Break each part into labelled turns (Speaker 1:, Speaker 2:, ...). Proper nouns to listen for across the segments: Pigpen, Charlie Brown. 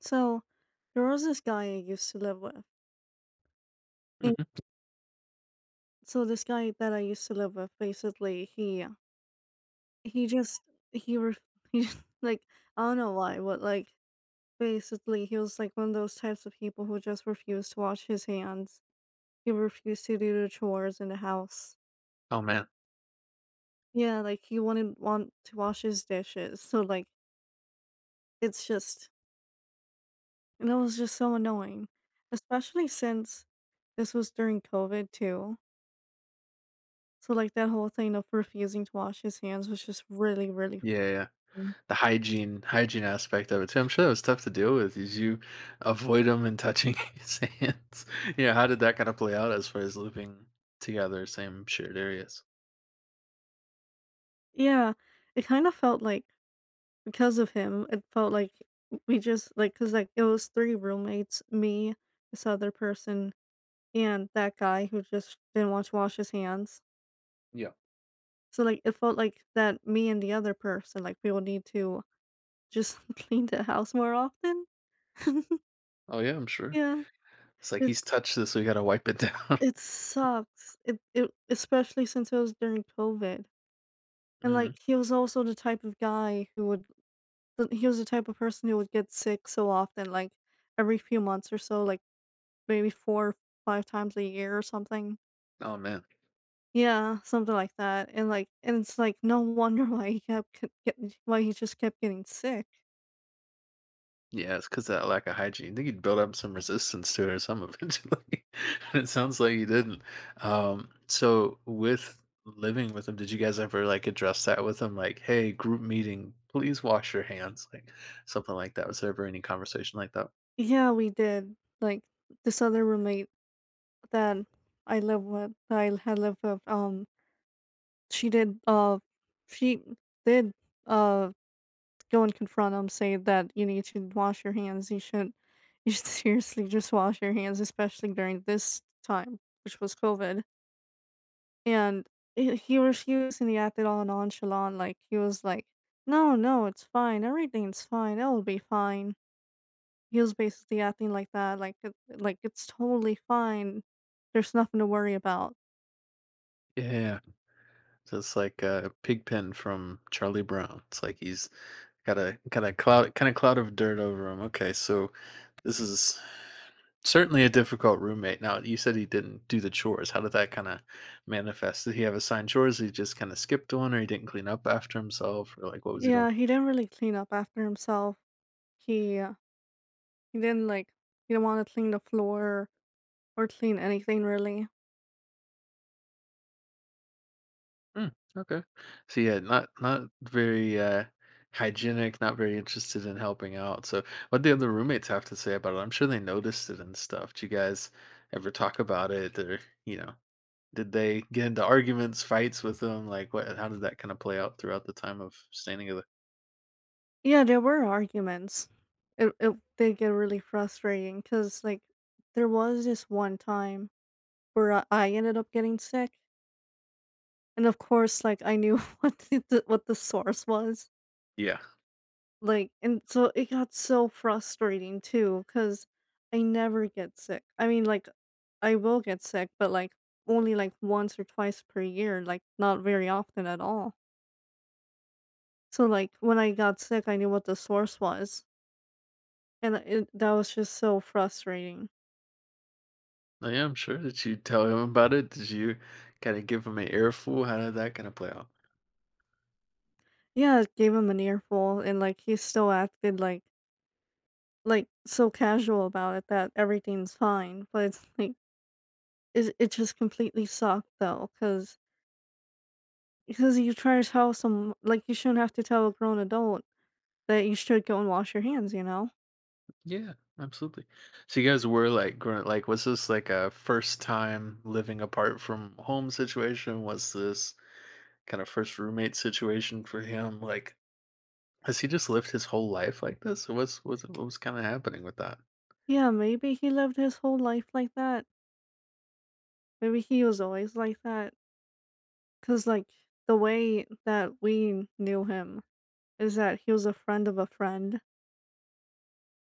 Speaker 1: So there was this guy I used to live with. And
Speaker 2: Mhm.
Speaker 1: so this guy that I used to live with, basically, he just he re- he just, like I don't know why, but like basically he was like one of those types of people who just refused to wash his hands. He refused to do the chores in the house.
Speaker 2: Oh man.
Speaker 1: Yeah, like he wouldn't want to wash his dishes. So like it's just and it was just so annoying, especially since this was during COVID too. So, like, that whole thing of refusing to wash his hands was just really, really
Speaker 2: Yeah, yeah.
Speaker 1: funny.
Speaker 2: The hygiene aspect of it too. I'm sure that was tough to deal with. Is you avoid them and touching his hands. Yeah, how did that kind of play out as far as living together, same shared areas?
Speaker 1: Yeah, it kind of felt like because of him, it felt like we just like because like, it was 3 roommates, me, this other person, and that guy who just didn't want to wash his hands.
Speaker 2: Yeah.
Speaker 1: So, like, it felt like that me and the other person, like, we will need to just clean the house more often.
Speaker 2: Oh yeah, I'm sure.
Speaker 1: Yeah.
Speaker 2: It's like
Speaker 1: It
Speaker 2: he's touched this, so we gotta wipe it down.
Speaker 1: it sucks. It especially since it was during COVID. And,
Speaker 2: Hmm.
Speaker 1: like, he was also the type of guy who would th he was the type of person who would get sick so often, like, every few months or so, like, maybe 4 or 5 times a year or something.
Speaker 2: Oh man.
Speaker 1: Yeah, something like that, and it's, like, no wonder why he just kept getting sick.
Speaker 2: Yeah, it's because that lack of hygiene. I think you'd build up some resistance to it or something eventually. And it sounds like you didn't. So with living with him, did you guys ever, like, address that with him? Like, "Hey, group meeting, please wash your hands," like, something like that. Was there ever any conversation like that?
Speaker 1: Yeah, we did. Like, this other roommate that I live with that I had lived with, she did, she did, uh go and confront them, say that you need to wash your hands. You should seriously just wash your hands, especially during this time, which was COVID. And he refused, and he acted all nonchalant, like he was like, "No, no, it's fine. Everything's fine. It'll be fine." He was basically acting like that, like it's totally fine. There's nothing to worry about.
Speaker 2: Yeah. Just like, Pigpen from Charlie Brown. It's like he's got a cloud kinda cloud of dirt over him. Okay, so this is certainly a difficult roommate. Now, you said he didn't do the chores. How did that kind of manifest? Did he have assigned chores? He just kind of skipped one, or he didn't clean up after himself, or like what was he doing?
Speaker 1: Yeah, he didn't really clean up after himself. He uh, he didn't like he didn't want to clean the floor or clean anything really.
Speaker 2: Hmm, okay. So yeah, not very hygienic. Not very interested in helping out. So what the other roommates have to say about it? I'm sure they noticed it and stuff. Do you guys ever talk about it, or you know? Did they get into arguments, fights with them? Like, what? How did that kind of play out throughout the time of staying together?
Speaker 1: Yeah, there were arguments. It did get really frustrating because like, there was this one time where I ended up getting sick, and of course, like, I knew what the what the source was,
Speaker 2: Yeah.
Speaker 1: and so it got so frustrating too because I never get sick. I mean, like, I will get sick, but, like, only, like, once or twice per year, like, not very often at all. So, like, when I got sick, I knew what the source was, and it that was just so frustrating.
Speaker 2: Oh, yeah, I'm sure. Did you tell him about it? Did you kinda give him an earful? How did that kinda play out?
Speaker 1: Yeah, it gave him an earful and like he still acted like so casual about it that everything's fine, but it's like it just completely sucked though, cause because you try to tell some like you shouldn't have to tell a grown adult that you should go and wash your hands, you know?
Speaker 2: Yeah, absolutely. So you guys were, like, grown like, was this, like, a first time living apart from home situation? Was this kinda first roommate situation for him? Like, has he just lived his whole life like this? Or what's what was kinda happening with that?
Speaker 1: Yeah, maybe he lived his whole life like that. Maybe he was always like that, cause like the way that we knew him is that he was a friend of a friend,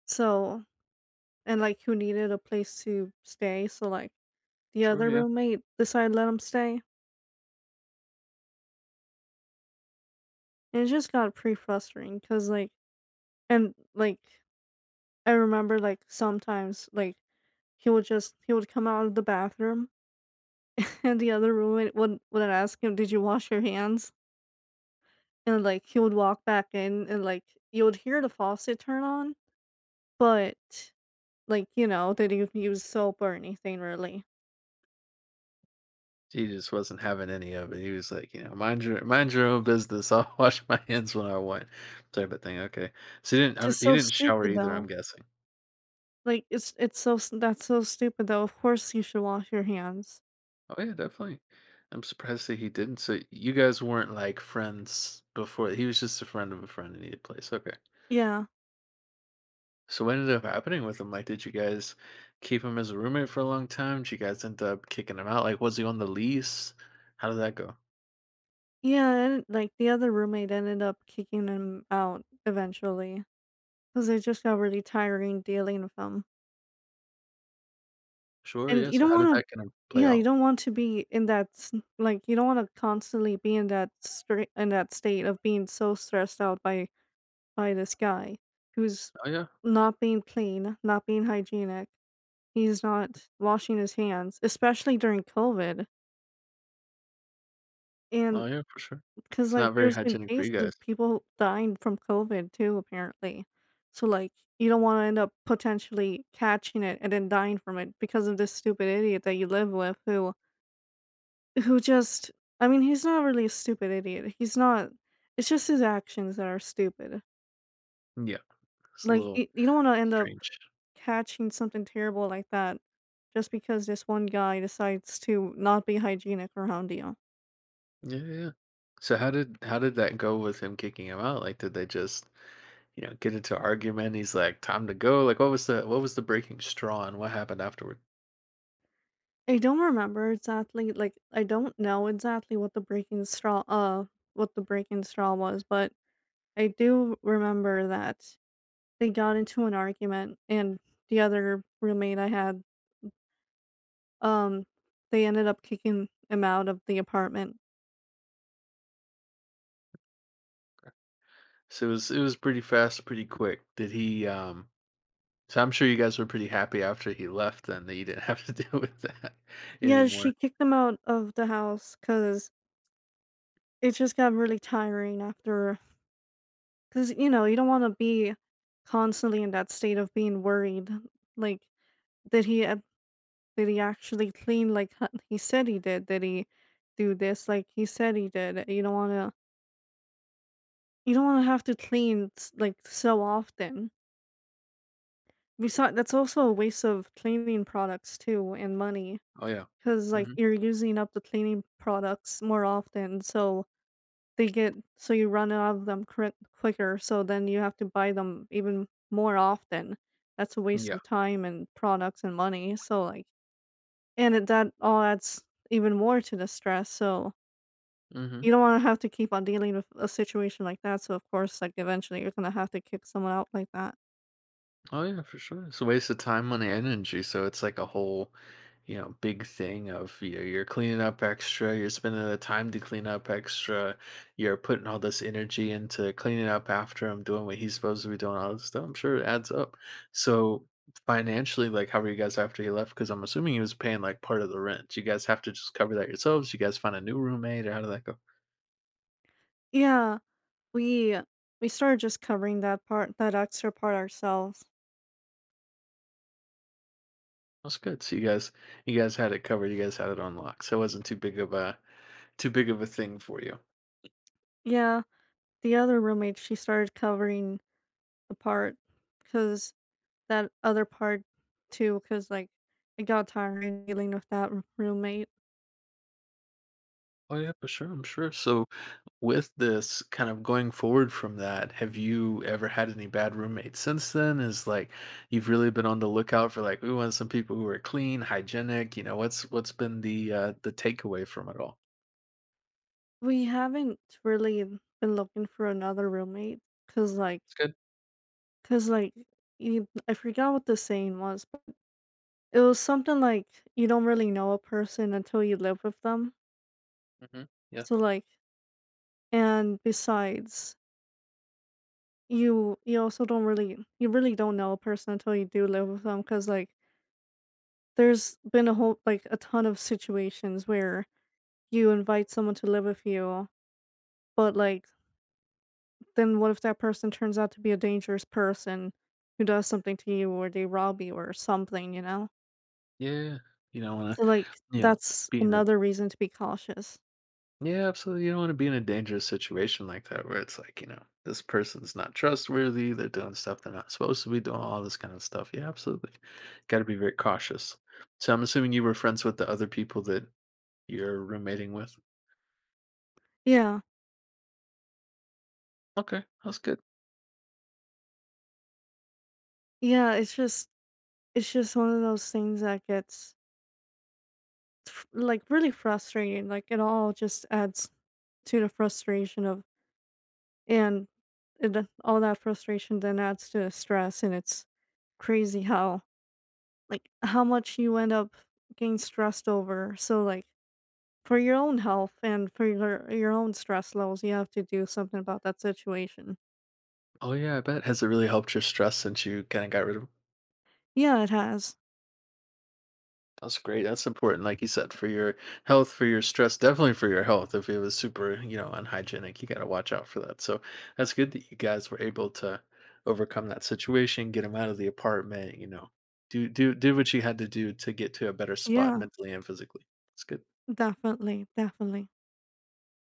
Speaker 1: so and like who needed a place to stay, so like the
Speaker 2: Sure,
Speaker 1: other
Speaker 2: yeah.
Speaker 1: roommate decided to let him stay, and it just got pretty frustrating because like and like I remember like sometimes like he would come out of the bathroom and the other roommate would ask him, "Did you wash your hands?" And like he would walk back in and like you would hear the faucet turn on, but like you know they didn't use soap or anything really.
Speaker 2: He just wasn't having any of it. He was like, you know, "Mind your own business. I'll wash my hands when I want," type of thing, okay. So
Speaker 1: It's just
Speaker 2: he
Speaker 1: so
Speaker 2: didn't shower
Speaker 1: stupid
Speaker 2: either, I'm
Speaker 1: though.
Speaker 2: guessing.
Speaker 1: Like that's so stupid though. Of course you should wash your hands.
Speaker 2: Oh yeah, definitely. I'm surprised that he didn't. So you guys weren't like friends before. He was just a friend of a friend in either place. Okay.
Speaker 1: Yeah.
Speaker 2: So what ended up happening with him? Like, did you guys keep him as a roommate for a long time? Did you guys end up kicking him out? Like, was he on the lease? How did that go?
Speaker 1: Yeah, and like the other roommate ended up kicking him out eventually because it just got really tiring dealing with him.
Speaker 2: Sure,
Speaker 1: And
Speaker 2: yes.
Speaker 1: you don't
Speaker 2: How did
Speaker 1: want
Speaker 2: that kind of
Speaker 1: to,
Speaker 2: play
Speaker 1: yeah, you
Speaker 2: out?
Speaker 1: don't want to be in that you don't want to constantly be in that state of being so stressed out by this guy who's
Speaker 2: Oh yeah.
Speaker 1: not being clean, not being hygienic. He's not washing his hands, especially during COVID.
Speaker 2: Oh
Speaker 1: And
Speaker 2: yeah, for sure.
Speaker 1: 'cause,
Speaker 2: It's
Speaker 1: like,
Speaker 2: not very
Speaker 1: there's been
Speaker 2: hygienic for you
Speaker 1: cases
Speaker 2: guys.
Speaker 1: of people dying from COVID too, apparently. So, like, you don't wanna end up potentially catching it and then dying from it because of this stupid idiot that you live with who just I mean, he's not really a stupid idiot, he's not it's just his actions that are stupid.
Speaker 2: Yeah. It's a
Speaker 1: Like,
Speaker 2: little
Speaker 1: you don't wanna end up
Speaker 2: strange.
Speaker 1: catching something terrible like that just because this one guy decides to not be hygienic around you.
Speaker 2: Yeah, yeah, yeah. So how did that go with him kicking him out? Like, did they just you know, get into argument. He's like, "Time to go." Like, what was the breaking straw and what happened afterward?
Speaker 1: I don't remember exactly, like, I don't know exactly what the breaking straw was, but I do remember that they got into an argument and the other roommate I had Um, they ended up kicking him out of the apartment.
Speaker 2: So it was pretty fast, pretty quick. Did he? So I'm sure you guys were pretty happy after he left, then that you didn't have to deal with that
Speaker 1: Yeah,
Speaker 2: anymore.
Speaker 1: she kicked him out of the house because it just got really tiring after. Cause you know, you don't wanna be constantly in that state of being worried, like, did he ac did he actually clean like ho he said he did? Did he do this like he said he did? You don't wanna have to clean so often. Beside that's also a waste of cleaning products too and money.
Speaker 2: Oh yeah.
Speaker 1: 'Cause, like,
Speaker 2: Hmm.
Speaker 1: you're using up the cleaning products more often, so they get so you run out of them quicker, so then you have to buy them even more often. That's a waste
Speaker 2: Yeah.
Speaker 1: of time and products and money, so, like and it that all adds even more to the stress, so
Speaker 2: Hmm.
Speaker 1: you don't wanna have to keep on dealing with a situation like that, so, of course, like, eventually, you're gonna have to kick someone out like that.
Speaker 2: Oh yeah, for sure. It's a waste of time, money, and energy. So it's like a whole, you know, big thing of you know, you're cleaning up extra, you're spending the time to clean up extra, you're putting all this energy into cleaning up after him, doing what he's supposed to be doing, all this stuff. I'm sure it adds up. So financially, like how were you guys after he left? Because I'm assuming he was paying like part of the rent. You guys have to just cover that yourselves. You guys find a new roommate, or how did that go?
Speaker 1: Yeah, we we started just covering that extra part ourselves.
Speaker 2: That's good. So you guys had it covered. You guys had it on lock. So it wasn't too big of a thing for you.
Speaker 1: Yeah. The other roommate, she started covering the part because that other part too, because like it got tiring dealing with that roommate.
Speaker 2: Oh yeah, for sure, I'm sure. So with this kind of going forward from that, have you ever had any bad roommates since then? Is like you've really been on the lookout for like we want some people who are clean, hygienic, you know, what's been the takeaway from it all?
Speaker 1: We haven't really been looking for another roommate because like
Speaker 2: It's good.
Speaker 1: because you, I forgot what the saying was, but it was something like you don't really know a person until you live with them.
Speaker 2: Hmm. Yeah.
Speaker 1: So like and besides you really don't know a person until you do live with them because like there's been a whole like, a ton of situations where you invite someone to live with you, but, like, then what if that person turns out to be a dangerous person who does something to you or they rob you or something, you know?
Speaker 2: Yeah. You know, and I,
Speaker 1: So, like,
Speaker 2: you know,
Speaker 1: that's
Speaker 2: being a
Speaker 1: another reason to be cautious.
Speaker 2: yeah, absolutely. You don't want to be in a dangerous situation like that where it's like, you know, this person's not trustworthy. They're doing stuff they're not supposed to be doing, all this kind of stuff. Yeah, absolutely. Got to be very cautious. So I'm assuming you were friends with the other people that you're roommating with.
Speaker 1: Yeah.
Speaker 2: Okay, that's good.
Speaker 1: Yeah, it's just one of those things that gets f like, really frustrating, like, it all just adds to the frustration of and and all that frustration then adds to the stress, and it's crazy how like, how much you end up getting stressed over. So, like, for your own health and for your own stress levels, you have to do something about that situation.
Speaker 2: Oh, yeah, I bet. Has it really helped your stress since you kind of got rid of?
Speaker 1: Yeah, it has.
Speaker 2: That's great. That's important, like you said, for your health, for your stress, definitely for your health. If it was super, you know, unhygienic, you got to watch out for that. So that's good that you guys were able to overcome that situation, get him out of the apartment, you know, do what you had to do to get to a better spot
Speaker 1: Yeah,
Speaker 2: mentally and physically. It's good.
Speaker 1: definitely, definitely.